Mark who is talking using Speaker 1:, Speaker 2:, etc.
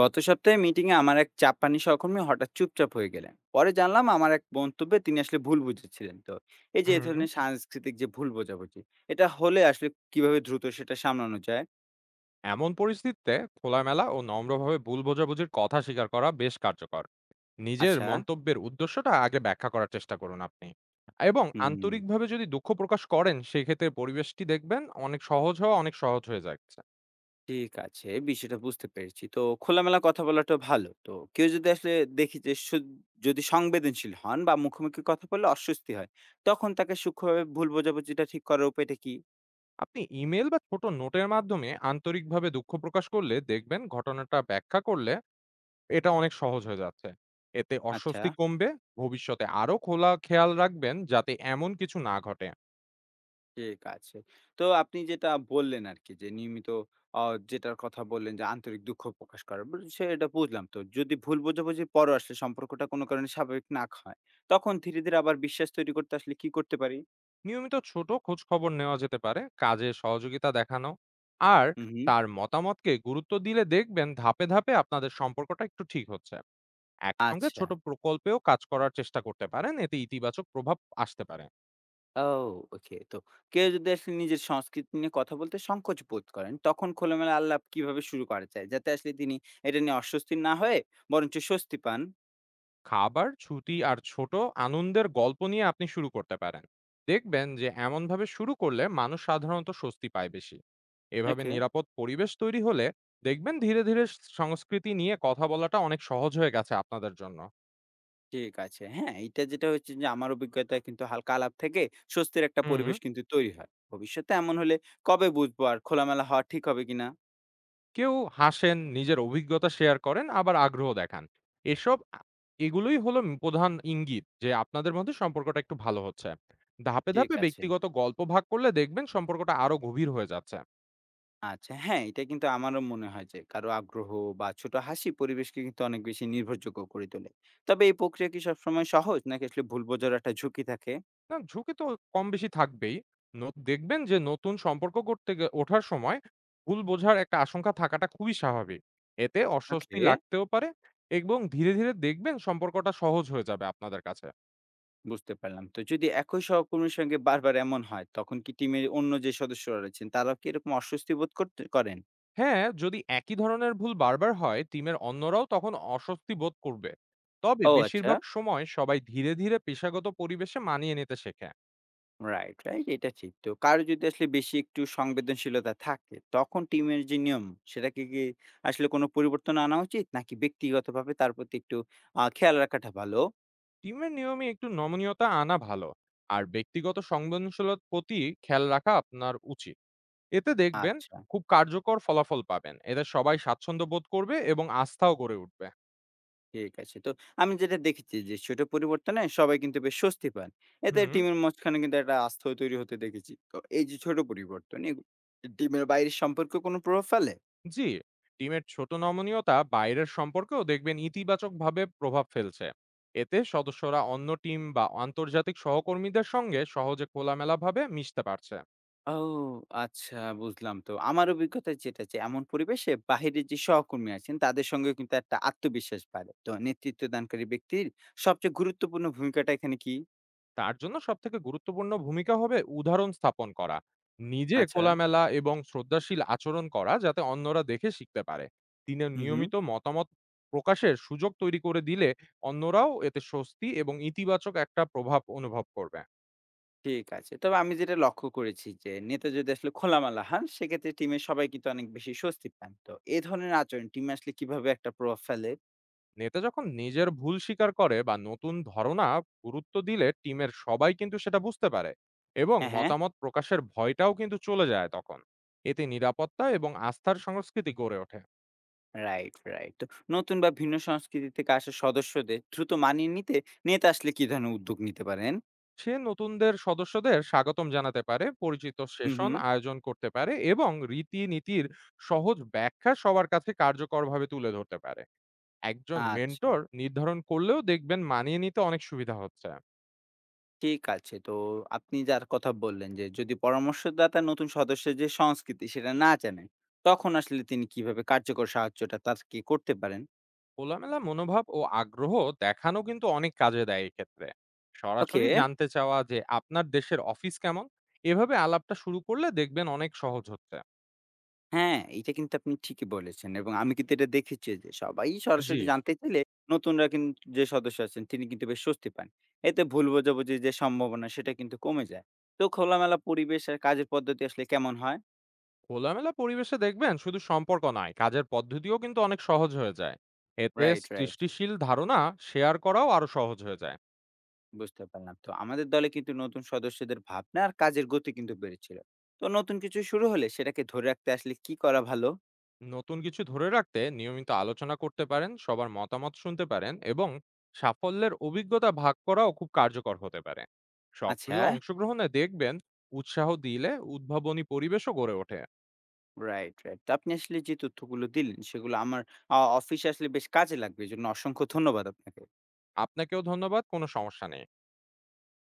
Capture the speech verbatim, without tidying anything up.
Speaker 1: গত সপ্তাহে মিটিং এ আমার এক জাপানি সহকর্মী হঠাৎ চুপচাপ হয়ে গেলেন। পরে জানলাম আমার এক মন্তব্যে তিনি আসলে ভুল বুঝেছিলেন। তো এই যে এ
Speaker 2: হুম।
Speaker 1: ধরনের সাংস্কৃতিক যে ভুল বোঝাবুঝি এটা হলে আসলে কিভাবে দ্রুত সেটা সামলানো যায়?
Speaker 2: এমন পরিস্থিতিতে খোলামেলা ও নম্রভাবে ভুল বোঝাবুঝির কথা স্বীকার করা বেশ কার্যকর। নিজের
Speaker 1: আচ্ছা।
Speaker 2: মন্তব্যের উদ্দেশ্যটা আগে ব্যাখ্যা করার চেষ্টা করুন আপনি। এবং
Speaker 1: হুম।
Speaker 2: আন্তরিকভাবে যদি দুঃখ প্রকাশ করেন সেই ক্ষেত্রে পরিবেশটি দেখবেন অনেক সহজ হওয়া অনেক সহজ হয়ে যাচ্ছে।
Speaker 1: ঠিক আছে, বিষয়টা বুঝতে পেরেছি। তো খোলামেলা কথা বলাটা ভালো। তো কেউ যদি আসলে দেখি যে সু- যদি সংবেদনশীল হন বা মুখোমুখি কথা বললে অস্বস্তি হয়, তখন তাকে সূক্ষ্মভাবে ভুল বোঝাবুঝিটা ঠিক করার উপায়টা কি?
Speaker 2: আপনি ইমেল বা ছোট নোটের মাধ্যমে আন্তরিকভাবে দুঃখ প্রকাশ করলে দেখবেন ঘটনাটা ব্যাখ্যা করলে এটা অনেক সহজ হয়ে যাচ্ছে। এতে
Speaker 1: আচ্ছা।
Speaker 2: অস্বস্তি কমবে, ভবিষ্যতে আরো খোলা খেয়াল রাখবেন যাতে এমন কিছু না ঘটে।
Speaker 1: ঠিক আছে। তো আপনি যেটা বললেন আরকি যে নিয়মিত, অ যেটার কথা বললেন যে আন্তরিক দুঃখ প্রকাশ করা। বু সেটা বুঝলাম। তো যদি ভুল বোঝাবুঝির পরও আসলে সম্পর্কটা কোনো কারণে স্বাভাবিক না হয়, তখন ধীরে, ধীরে আবার বিশ্বাস তৈরি করতে আসলে কি করতে পারি?
Speaker 2: নিয়মিত ছোট খোঁজ খবর নেওয়া যেতে পারে, কাজে সহযোগিতা দেখানো আর
Speaker 1: হু, হু।
Speaker 2: তার মতামতকে গুরুত্ব দিলে দেখবেন ধাপে ধাপে আপনাদের সম্পর্কটা একটু ঠিক হচ্ছে। একসঙ্গে
Speaker 1: আচ্ছা।
Speaker 2: ছোট প্রকল্পেও কাজ করার চেষ্টা করতে পারেন, এতে ইতিবাচক প্রভাব আসতে পারে।
Speaker 1: ও ওকে। তো কেউ যদি আসলে নিজের সংস্কৃতি নিয়ে কথা বলতে সংকোচ বোধ করেন, তখন খোলামেলা আলাপ কিভাবে শুরু করা যায়? যাতে আসলে তিনি এটা নিয়ে অস্বস্তি না হয়ে বরঞ্চ স্বস্তি পান?
Speaker 2: খাবার, ছুটি আর ছোট আনন্দের গল্প নিয়ে আপনি শুরু করতে পারেন। দেখবেন যে এমনভাবে শুরু করলে মানুষ সাধারণত স্বস্তি পায় বেশি। এভাবে
Speaker 1: ওকে।
Speaker 2: নিরাপদ পরিবেশ তৈরি হলে দেখবেন ধীরে ধীরে সংস্কৃতি নিয়ে কথা বলাটা অনেক সহজ হয়ে গেছে আপনাদের জন্য।
Speaker 1: ঠিক আছে। হ্যাঁ, এইটা যেটা হচ্ছে যে আমার অভিজ্ঞতা কিন্তু হালকা আলাপ থেকে স্বস্তির একটা
Speaker 2: হুম।
Speaker 1: পরিবেশ কিন্তু তৈরি হয়। ভবিষ্যতে এমন হলে কবে বুঝবো আর খোলামেলা হওয়া ঠিক হবে কিনা?
Speaker 2: কেউ হাসেন, নিজের অভিজ্ঞতা শেয়ার করেন, আবার আগ্রহ দেখান। এসব আ এগুলোই হলো উম প্রধান ইঙ্গিত যে আপনাদের মধ্যে সম্পর্কটা একটু ভালো হচ্ছে। ধাপে,
Speaker 1: ঠিক
Speaker 2: ধাপে
Speaker 1: আছে।
Speaker 2: ব্যক্তিগত গল্প ভাগ করলে দেখবেন সম্পর্কটা আরো গভীর হয়ে যাচ্ছে।
Speaker 1: আচ্ছা, হ্যাঁ, এটা কিন্তু আমারও মনে হয় যে কারো আগ্রহ বা ছোট হাসি পরিবেশকে কিন্তু অনেক বেশি নির্ভরযোগ্য করে তোলে। তবে এই প্রক্রিয়া কি সবসময় সহজ নাকি আসলে ভুল বোঝার একটা ঝুঁকি থাকে?
Speaker 2: না, ঝুঁকি তো কম বেশি থাকবেই। ন দেখবেন যে নতুন সম্পর্ক করতে গে ওঠার সময় ভুল বোঝার একটা আশঙ্কা থাকাটা খুবই স্বাভাবিক। এতে অস্বস্তি
Speaker 1: ওকে,
Speaker 2: লাগতেও পারে, এবং ধীরে, ধীরে দেখবেন সম্পর্কটা সহজ হয়ে যাবে আপনাদের কাছে।
Speaker 1: বুঝতে পারলাম। তো যদি একই সহকর্মীর সঙ্গে বারবার এমন হয় তখন কি টিমের অন্য যে সদস্যরা রয়েছেন তারাও কি এরকম অস্বস্তি বোধ করতে করেন?
Speaker 2: হ্যাঁ, যদি একই ধরনের ভুল বারবার হয়, টিমের অন্যরাও তখন অস্বস্তি বোধ করবে। তবে
Speaker 1: ও আচ্ছা।
Speaker 2: বেশিরভাগ সময় সবাই ধীরে, ধীরে পেশাগত পরিবেশে মানিয়ে নিতে শেখে।
Speaker 1: রাইট, রাইট, এটা ঠিক। তো কারো যদি আসলে বেশি একটু সংবেদনশীলতা থাকে, তখন টিমের যে নিয়ম সেটাকে কি আসলে কোনো পরিবর্তন আনা উচিত? নাকি ব্যক্তিগতভাবে তার প্রতি একটু আ খেয়াল রাখাটা ভালো?
Speaker 2: টিমের নিয়মে একটু নমনীয়তা আনা ভালো। আর ব্যক্তিগত সংবেদনশীলতার প্রতি খেয়াল রাখা আপনার উচিত। এতে দেখবেন
Speaker 1: আচ্ছা,
Speaker 2: খুব কার্যকর ফলাফল পাবেন। এতে সবাই স্বাচ্ছন্দ্য বোধ করবে এবং আস্থাও গড়ে উঠবে।
Speaker 1: ঠিক আছে। তো আমি যেটা দেখেছি যে ছোট পরিবর্তনে সবাই কিন্তু বেশ স্বস্তি পান। এতে
Speaker 2: হুম।
Speaker 1: টিমের মাঝখানে কিন্তু একটা আস্থা তৈরি হতে দেখেছি। তো এই যে ছোট পরিবর্তন এগু টিমের বাইরের সম্পর্কে কোনো প্রভাব ফেলে?
Speaker 2: জি, টিমের ছোট নমনীয়তা বাইরের সম্পর্কেও দেখবেন ইতিবাচকভাবে প্রভাব ফেলছে। এতে সদস্যরা অন্য টিম বা আন্তর্জাতিক সহকর্মীদের সঙ্গে সহজে খোলামেলাভাবে মিশতে পারছে।
Speaker 1: ও আচ্ছা, বুঝলাম। তো আমার অভিজ্ঞতায় যেটা, যে এমন পরিবেশে বাহিরের যে সহকর্মী আছেন তাদের সঙ্গে কিন্তু একটা আত্মবিশ্বাস বাড়ে। তো নেতৃত্ব দানকারী ব্যক্তির সবচেয়ে গুরুত্বপূর্ণ ভূমিকাটা এখানে কি?
Speaker 2: তার জন্য সবথেকে গুরুত্বপূর্ণ ভূমিকা হবে উদাহরণ স্থাপন করা, নিজে
Speaker 1: আচ্ছা।
Speaker 2: খোলামেলা এবং শ্রদ্ধাশীল আচরণ করা যাতে অন্যরা দেখে শিখতে পারে। তিনি
Speaker 1: হুম, হুম।
Speaker 2: নিয়মিত মতামত প্রকাশের সুযোগ তৈরি করে দিলে অন্যরাও এতে স্বস্তি এবং ইতিবাচক একটা প্রভাব অনুভব করবে।
Speaker 1: ঠিক আছে। তবে আমি যেটা লক্ষ্য করেছি যে নেতা যদি আসলে খোলামেলা হন সেক্ষেত্রে টিমের সবাই কিন্তু অনেক বেশি স্বস্তি পান। তো এ ধরনের আচরণ টিমে আসলে কিভাবে একটা প্রভাব ফেলে?
Speaker 2: নেতা যখন নিজের ভুল স্বীকার করে বা নতুন ধারণা গুরুত্ব দিলে টিমের সবাই কিন্তু সেটা বুঝতে পারে, এবং
Speaker 1: হ্যাঁ, হ্যাঁ।
Speaker 2: মতামত প্রকাশের ভয়টাও কিন্তু চলে যায় তখন। এতে নিরাপত্তা এবং আস্থার সংস্কৃতি গড়ে ওঠে।
Speaker 1: Right, right. তো নতুন বা ভিন্ন সংস্কৃতি থেকে আসা সদস্যদের দ্রুত মানিয়ে নিতে নেতা আসলে কি ধরনের উদ্যোগ নিতে পারেন?
Speaker 2: সে নতুনদের সদস্যদের স্বাগতম জানাতে পারে, পরিচিত
Speaker 1: হুম,
Speaker 2: সেশন
Speaker 1: হুম।
Speaker 2: আয়োজন করতে পারে এবং রীতিনীতির সহজ ব্যাখ্যা সবার কাছে কার্যকরভাবে তুলে ধরতে পারে। একজন
Speaker 1: আচ্ছা,
Speaker 2: মেন্টর নির্ধারণ করলেও দেখবেন মানিয়ে নিতে অনেক সুবিধা হচ্ছে।
Speaker 1: ঠিক আছে। তো আপনি যার কথা বললেন যে, যদি পরামর্শদাতা নতুন সদস্যের যে সংস্কৃতি সেটা না জানেন, তখন আসলে তিনি কিভাবে কার্যকর সাহায্যটা তাকে করতে পারেন?
Speaker 2: খোলামেলা মনোভাব ও আগ্রহ দেখানো কিন্তু অনেক কাজে দেয় এক্ষেত্রে।
Speaker 1: ওকে,
Speaker 2: সরাসরি জানতে চাওয়া যে আপনার দেশের অফিস কেমন, এভাবে আলাপটা শুরু করলে দেখবেন অনেক সহজ হচ্ছে।
Speaker 1: হ্যাঁ, এটা কিন্তু আপনি ঠিকই বলেছেন, এবং আমি কিন্তু এটা দেখেছি যে, সবাই
Speaker 2: জি,
Speaker 1: সরাসরি জানতে চাইলে নতুনরা কিন যে সদস্য আছেন তিনি কিন্তু বেশ স্বস্তি পান। এতে ভুল বোঝাবুঝির যে সম্ভাবনা সেটা কিন্তু কমে যায়। তো খোলামেলা পরিবেশ আর কাজের পদ্ধতি আসলে কেমন হয়?
Speaker 2: খোলামেলা পরিবেশে দেখবেন শুধু সম্পর্ক নয়, কাজের পদ্ধতিও কিন্তু অনেক সহজ হয়ে যায়। এতে
Speaker 1: রাইট, রাইট।
Speaker 2: সৃষ্টিশীল ধারণা শেয়ার করাও আরো সহজ হয়ে যায়।
Speaker 1: বুঝতে পারলাম। তো আমাদের দলে কিন্তু নতুন সদস্যদের ভাবনা আর কাজের গতি কিন্তু বেড়েছিল। তো নতুন কিছু শুরু হলে সেটাকে ধরে রাখতে আসলে কি করা ভালো?
Speaker 2: নতুন কিছু ধরে রাখতে নিয়মিত আলোচনা করতে পারেন, সবার মতামত শুনতে পারেন এবং সাফল্যের অভিজ্ঞতা ভাগ করাও খুব কার্যকর হতে পারে।
Speaker 1: আচ্ছা,
Speaker 2: সক্রিয় অংশগ্রহণে, দেখবেন উৎসাহ দিলে উদ্ভাবনী পরিবেশও গড়ে ওঠে।
Speaker 1: Right, right. তো আপনি আসলে যে তথ্যগুলো দিলেন সেগুলো আমার আ অফিসে আসলে বেশ কাজে লাগবে। এজন্য অসংখ্য ধন্যবাদ আপনাকে।
Speaker 2: আপনাকেও ধন্যবাদ, কোনো সমস্যা নেই।